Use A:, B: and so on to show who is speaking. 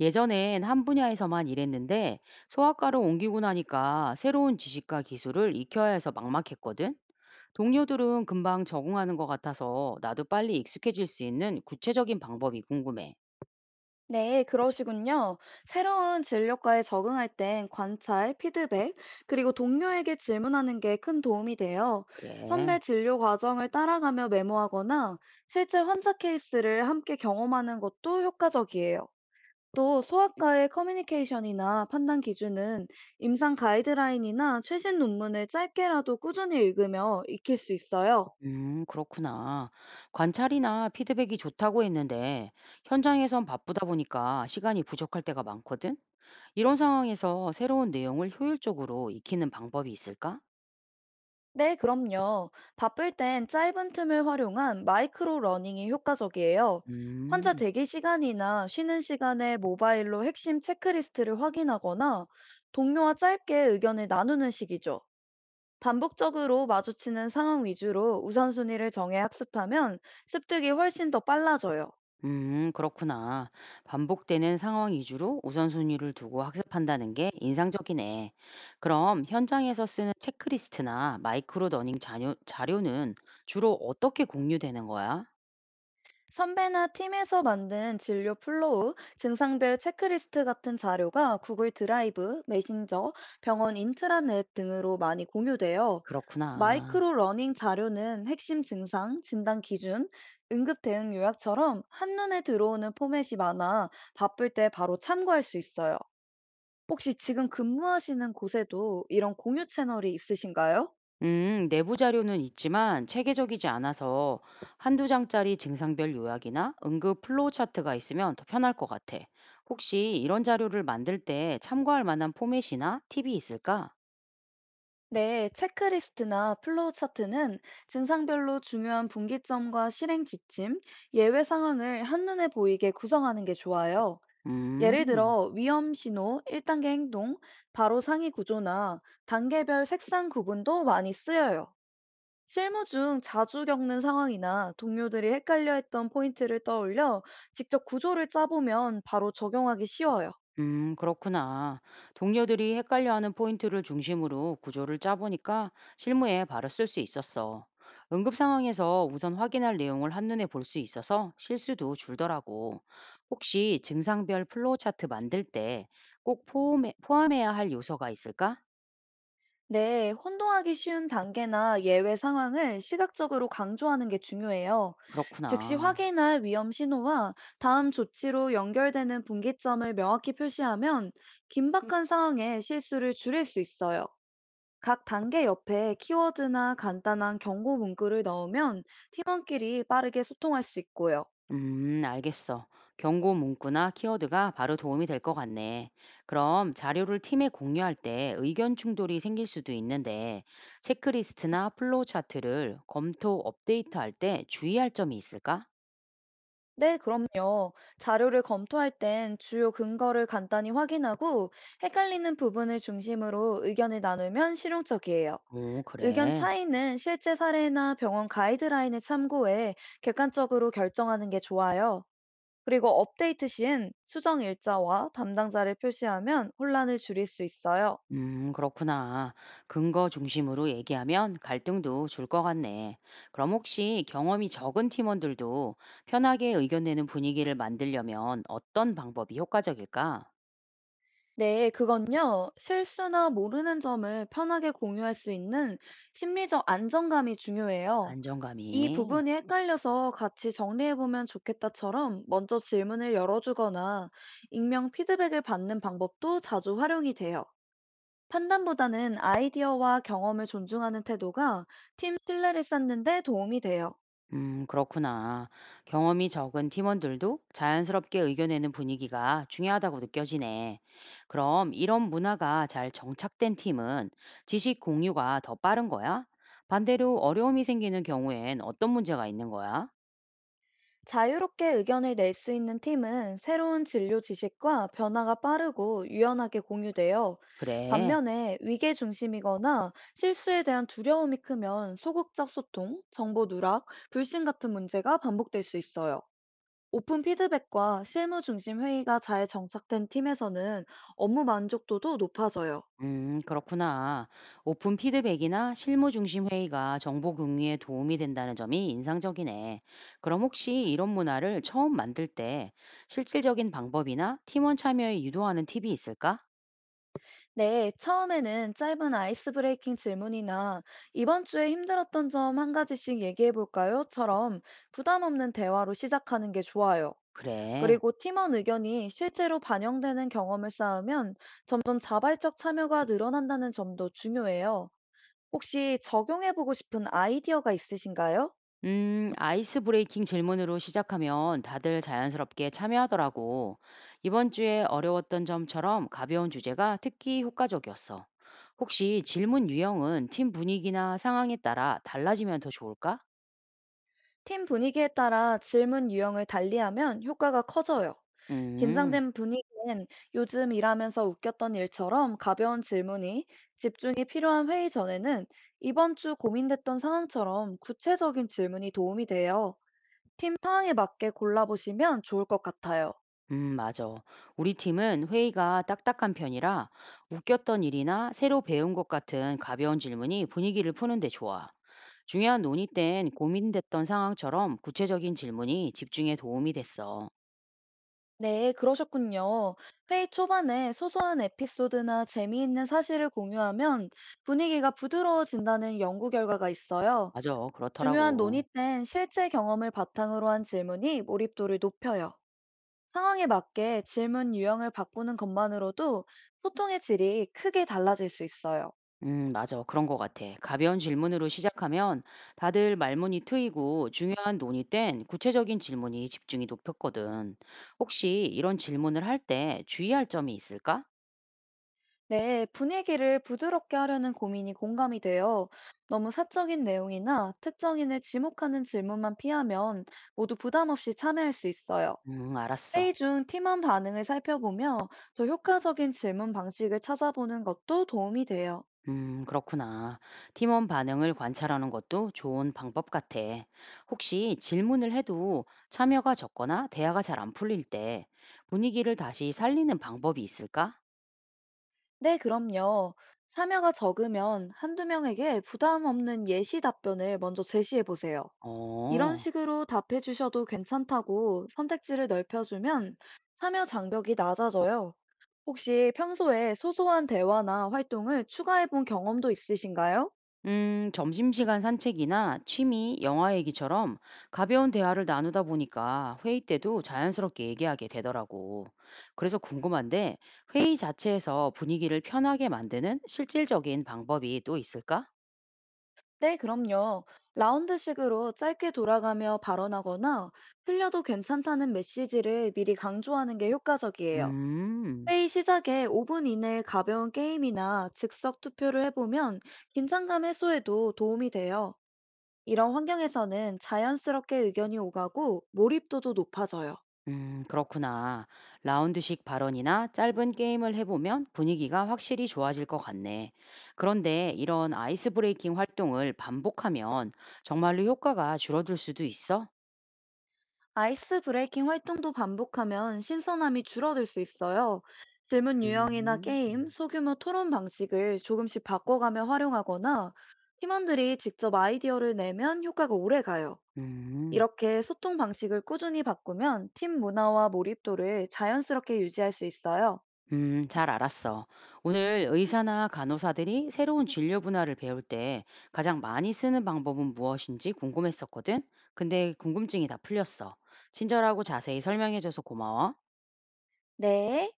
A: 예전엔 한 분야에서만 일했는데 소아과로 옮기고 나니까 새로운 지식과 기술을 익혀야 해서 막막했거든. 동료들은 금방 적응하는 것 같아서 나도 빨리 익숙해질 수 있는 구체적인 방법이 궁금해.
B: 네, 그러시군요. 새로운 진료과에 적응할 땐 관찰, 피드백, 그리고 동료에게 질문하는 게 큰 도움이 돼요.
A: 그래.
B: 선배 진료 과정을 따라가며 메모하거나 실제 환자 케이스를 함께 경험하는 것도 효과적이에요. 또 소아과의 커뮤니케이션이나 판단 기준은 임상 가이드라인이나 최신 논문을 짧게라도 꾸준히 읽으며 익힐 수 있어요.
A: 그렇구나. 관찰이나 피드백이 좋다고 했는데 현장에선 바쁘다 보니까 시간이 부족할 때가 많거든. 이런 상황에서 새로운 내용을 효율적으로 익히는 방법이 있을까?
B: 네, 그럼요. 바쁠 땐 짧은 틈을 활용한 마이크로 러닝이 효과적이에요. 환자
A: 음.
B: 대기 시간이나 쉬는 시간에 모바일로 핵심 체크리스트를 확인하거나 동료와 짧게 의견을 나누는 식이죠. 반복적으로 마주치는 상황 위주로 우선순위를 정해 학습하면 습득이 훨씬 더 빨라져요.
A: 그렇구나. 반복되는 상황 위주로 우선순위를 두고 학습한다는 게 인상적이네. 그럼 현장에서 쓰는 체크리스트나 마이크로 러닝 자료, 자료는 주로 어떻게 공유되는 거야?
B: 선배나 팀에서 만든 진료 플로우, 증상별 체크리스트 같은 자료가 구글 드라이브, 메신저, 병원 인트라넷 등으로 많이 공유돼요.
A: 그렇구나.
B: 마이크로 러닝 자료는 핵심 증상, 진단 기준, 응급 대응 요약처럼 한눈에 들어오는 포맷이 많아 바쁠 때 바로 참고할 수 있어요. 혹시 지금 근무하시는 곳에도 이런 공유 채널이 있으신가요?
A: 내부 자료는 있지만 체계적이지 않아서 한두 장짜리 증상별 요약이나 응급 플로우 차트가 있으면 더 편할 것 같아. 혹시 이런 자료를 만들 때 참고할 만한 포맷이나 팁이 있을까?
B: 네, 체크리스트나 플로우 차트는 증상별로 중요한 분기점과 실행 지침, 예외 상황을 한눈에 보이게 구성하는 게 좋아요. 예를
A: 음.
B: 들어, 위험 신호, 1단계 행동, 바로 상위 구조나 단계별 색상 구분도 많이 쓰여요. 실무 중 자주 겪는 상황이나 동료들이 헷갈려 했던 포인트를 떠올려 직접 구조를 짜보면 바로 적용하기 쉬워요.
A: 그렇구나. 동료들이 헷갈려하는 포인트를 중심으로 구조를 짜보니까 실무에 바로 쓸 수 있었어. 응급 상황에서 우선 확인할 내용을 한눈에 볼 수 있어서 실수도 줄더라고. 혹시 증상별 플로우 차트 만들 때 꼭 포함해야 할 요소가 있을까?
B: 네, 혼동하기 쉬운 단계나 예외 상황을 시각적으로 강조하는 게 중요해요. 즉시
A: 그렇구나.
B: 확인할 위험 신호와 다음 조치로 연결되는 분기점을 명확히 표시하면 긴박한 상황에 실수를 줄일 수 있어요. 각 단계 옆에 키워드나 간단한 경고 문구를 넣으면 팀원끼리 빠르게 소통할 수 있고요.
A: 알겠어. 경고 문구나 키워드가 바로 도움이 될 것 같네. 그럼 자료를 팀에 공유할 때 의견 충돌이 생길 수도 있는데, 체크리스트나 플로우 차트를 검토 업데이트할 때 주의할 점이 있을까?
B: 네, 그럼요. 자료를 검토할 땐 주요 근거를 간단히 확인하고 헷갈리는 부분을 중심으로 의견을 나누면 실용적이에요.
A: 오,
B: 의견
A: 그래.
B: 차이는 실제 사례나 병원 가이드라인을 참고해 객관적으로 결정하는 게 좋아요. 그리고 업데이트 시엔 수정 일자와 담당자를 표시하면 혼란을 줄일 수 있어요.
A: 그렇구나. 근거 중심으로 얘기하면 갈등도 줄 것 같네. 그럼 혹시 경험이 적은 팀원들도 편하게 의견 내는 분위기를 만들려면 어떤 방법이 효과적일까?
B: 네, 그건요. 실수나 모르는 점을 편하게 공유할 수 있는 심리적 안정감이 중요해요. 이
A: 안정감이.
B: 부분이 헷갈려서 같이 정리해보면 좋겠다처럼 먼저 질문을 열어주거나 익명 피드백을 받는 방법도 자주 활용이 돼요. 판단보다는 아이디어와 경험을 존중하는 태도가 팀 신뢰를 쌓는 데 도움이 돼요.
A: 그렇구나. 경험이 적은 팀원들도 자연스럽게 의견내는 분위기가 중요하다고 느껴지네. 그럼 이런 문화가 잘 정착된 팀은 지식 공유가 더 빠른 거야? 반대로 어려움이 생기는 경우엔 어떤 문제가 있는 거야?
B: 자유롭게 의견을 낼 수 있는 팀은 새로운 진료 지식과 변화가 빠르고 유연하게 공유돼요.
A: 그래.
B: 반면에 위계 중심이거나 실수에 대한 두려움이 크면 소극적 소통, 정보 누락, 불신 같은 문제가 반복될 수 있어요. 오픈 피드백과 실무 중심 회의가 잘 정착된 팀에서는 업무 만족도도 높아져요.
A: 그렇구나. 오픈 피드백이나 실무 중심 회의가 정보 공유에 도움이 된다는 점이 인상적이네. 그럼 혹시 이런 문화를 처음 만들 때 실질적인 방법이나 팀원 참여에 유도하는 팁이 있을까?
B: 네, 처음에는 짧은 아이스 브레이킹 질문이나 이번 주에 힘들었던 점 한 가지씩 얘기해 볼까요?처럼 부담 없는 대화로 시작하는 게 좋아요.
A: 그래.
B: 그리고 팀원 의견이 실제로 반영되는 경험을 쌓으면 점점 자발적 참여가 늘어난다는 점도 중요해요. 혹시 적용해 보고 싶은 아이디어가 있으신가요?
A: 아이스 브레이킹 질문으로 시작하면 다들 자연스럽게 참여하더라고. 이번 주에 어려웠던 점처럼 가벼운 주제가 특히 효과적이었어. 혹시 질문 유형은 팀 분위기나 상황에 따라 달라지면 더 좋을까?
B: 팀 분위기에 따라 질문 유형을 달리하면 효과가 커져요.
A: 음,
B: 긴장된 분위기엔 요즘 일하면서 웃겼던 일처럼 가벼운 질문이, 집중이 필요한 회의 전에는 이번 주 고민됐던 상황처럼 구체적인 질문이 도움이 돼요. 팀 상황에 맞게 골라보시면 좋을 것 같아요.
A: 맞아. 우리 팀은 회의가 딱딱한 편이라 웃겼던 일이나 새로 배운 것 같은 가벼운 질문이 분위기를 푸는데 좋아. 중요한 논의 땐 고민됐던 상황처럼 구체적인 질문이 집중에 도움이 됐어.
B: 네, 그러셨군요. 회의 초반에 소소한 에피소드나 재미있는 사실을 공유하면 분위기가 부드러워진다는 연구 결과가 있어요.
A: 맞아,
B: 중요한 논의
A: 그렇더라고.
B: 땐 실제 경험을 바탕으로 한 질문이 몰입도를 높여요. 상황에 맞게 질문 유형을 바꾸는 것만으로도 소통의 질이 크게 달라질 수 있어요.
A: 맞아. 그런 것 같아. 가벼운 질문으로 시작하면 다들 말문이 트이고 중요한 논의 땐 구체적인 질문이 집중이 높였거든. 혹시 이런 질문을 할 때 주의할 점이 있을까?
B: 네, 분위기를 부드럽게 하려는 고민이 공감이 돼요. 너무 사적인 내용이나 특정인을 지목하는 질문만 피하면 모두 부담 없이 참여할 수 있어요.
A: 알았어.
B: 회의 중 팀원 반응을 살펴보며 더 효과적인 질문 방식을 찾아보는 것도 도움이 돼요.
A: 그렇구나. 팀원 반응을 관찰하는 것도 좋은 방법 같아. 혹시 질문을 해도 참여가 적거나 대화가 잘 안 풀릴 때 분위기를 다시 살리는 방법이 있을까?
B: 네, 그럼요. 참여가 적으면 한두 명에게 부담 없는 예시 답변을 먼저 제시해 보세요. 이런
A: 어,
B: 식으로 답해 주셔도 괜찮다고 선택지를 넓혀주면 참여 장벽이 낮아져요. 혹시 평소에 소소한 대화나 활동을 추가해 본 경험도 있으신가요?
A: 점심시간 산책이나 취미, 영화 얘기처럼 가벼운 대화를 나누다 보니까 회의 때도 자연스럽게 얘기하게 되더라고. 그래서 궁금한데 회의 자체에서 분위기를 편하게 만드는 실질적인 방법이 또 있을까?
B: 네, 그럼요. 라운드식으로 짧게 돌아가며 발언하거나 틀려도 괜찮다는 메시지를 미리 강조하는 게 효과적이에요.
A: 음.
B: 회의 시작에 5분 이내에 가벼운 게임이나 즉석 투표를 해보면 긴장감 해소에도 도움이 돼요. 이런 환경에서는 자연스럽게 의견이 오가고 몰입도도 높아져요.
A: 그렇구나. 라운드식 발언이나 짧은 게임을 해보면 분위기가 확실히 좋아질 것 같네. 그런데 이런 아이스 브레이킹 활동을 반복하면 정말로 효과가 줄어들 수도 있어?
B: 아이스 브레이킹 활동도 반복하면 신선함이 줄어들 수 있어요. 질문 유형이나
A: 음,
B: 게임, 소규모 토론 방식을 조금씩 바꿔가며 활용하거나 팀원들이 직접 아이디어를 내면 효과가 오래 가요.
A: 음,
B: 이렇게 소통 방식을 꾸준히 바꾸면 팀 문화와 몰입도를 자연스럽게 유지할 수 있어요.
A: 잘 알았어. 오늘 의사나 간호사들이 새로운 진료 분야를 배울 때 가장 많이 쓰는 방법은 무엇인지 궁금했었거든? 근데 궁금증이 다 풀렸어. 친절하고 자세히 설명해줘서 고마워.
B: 네.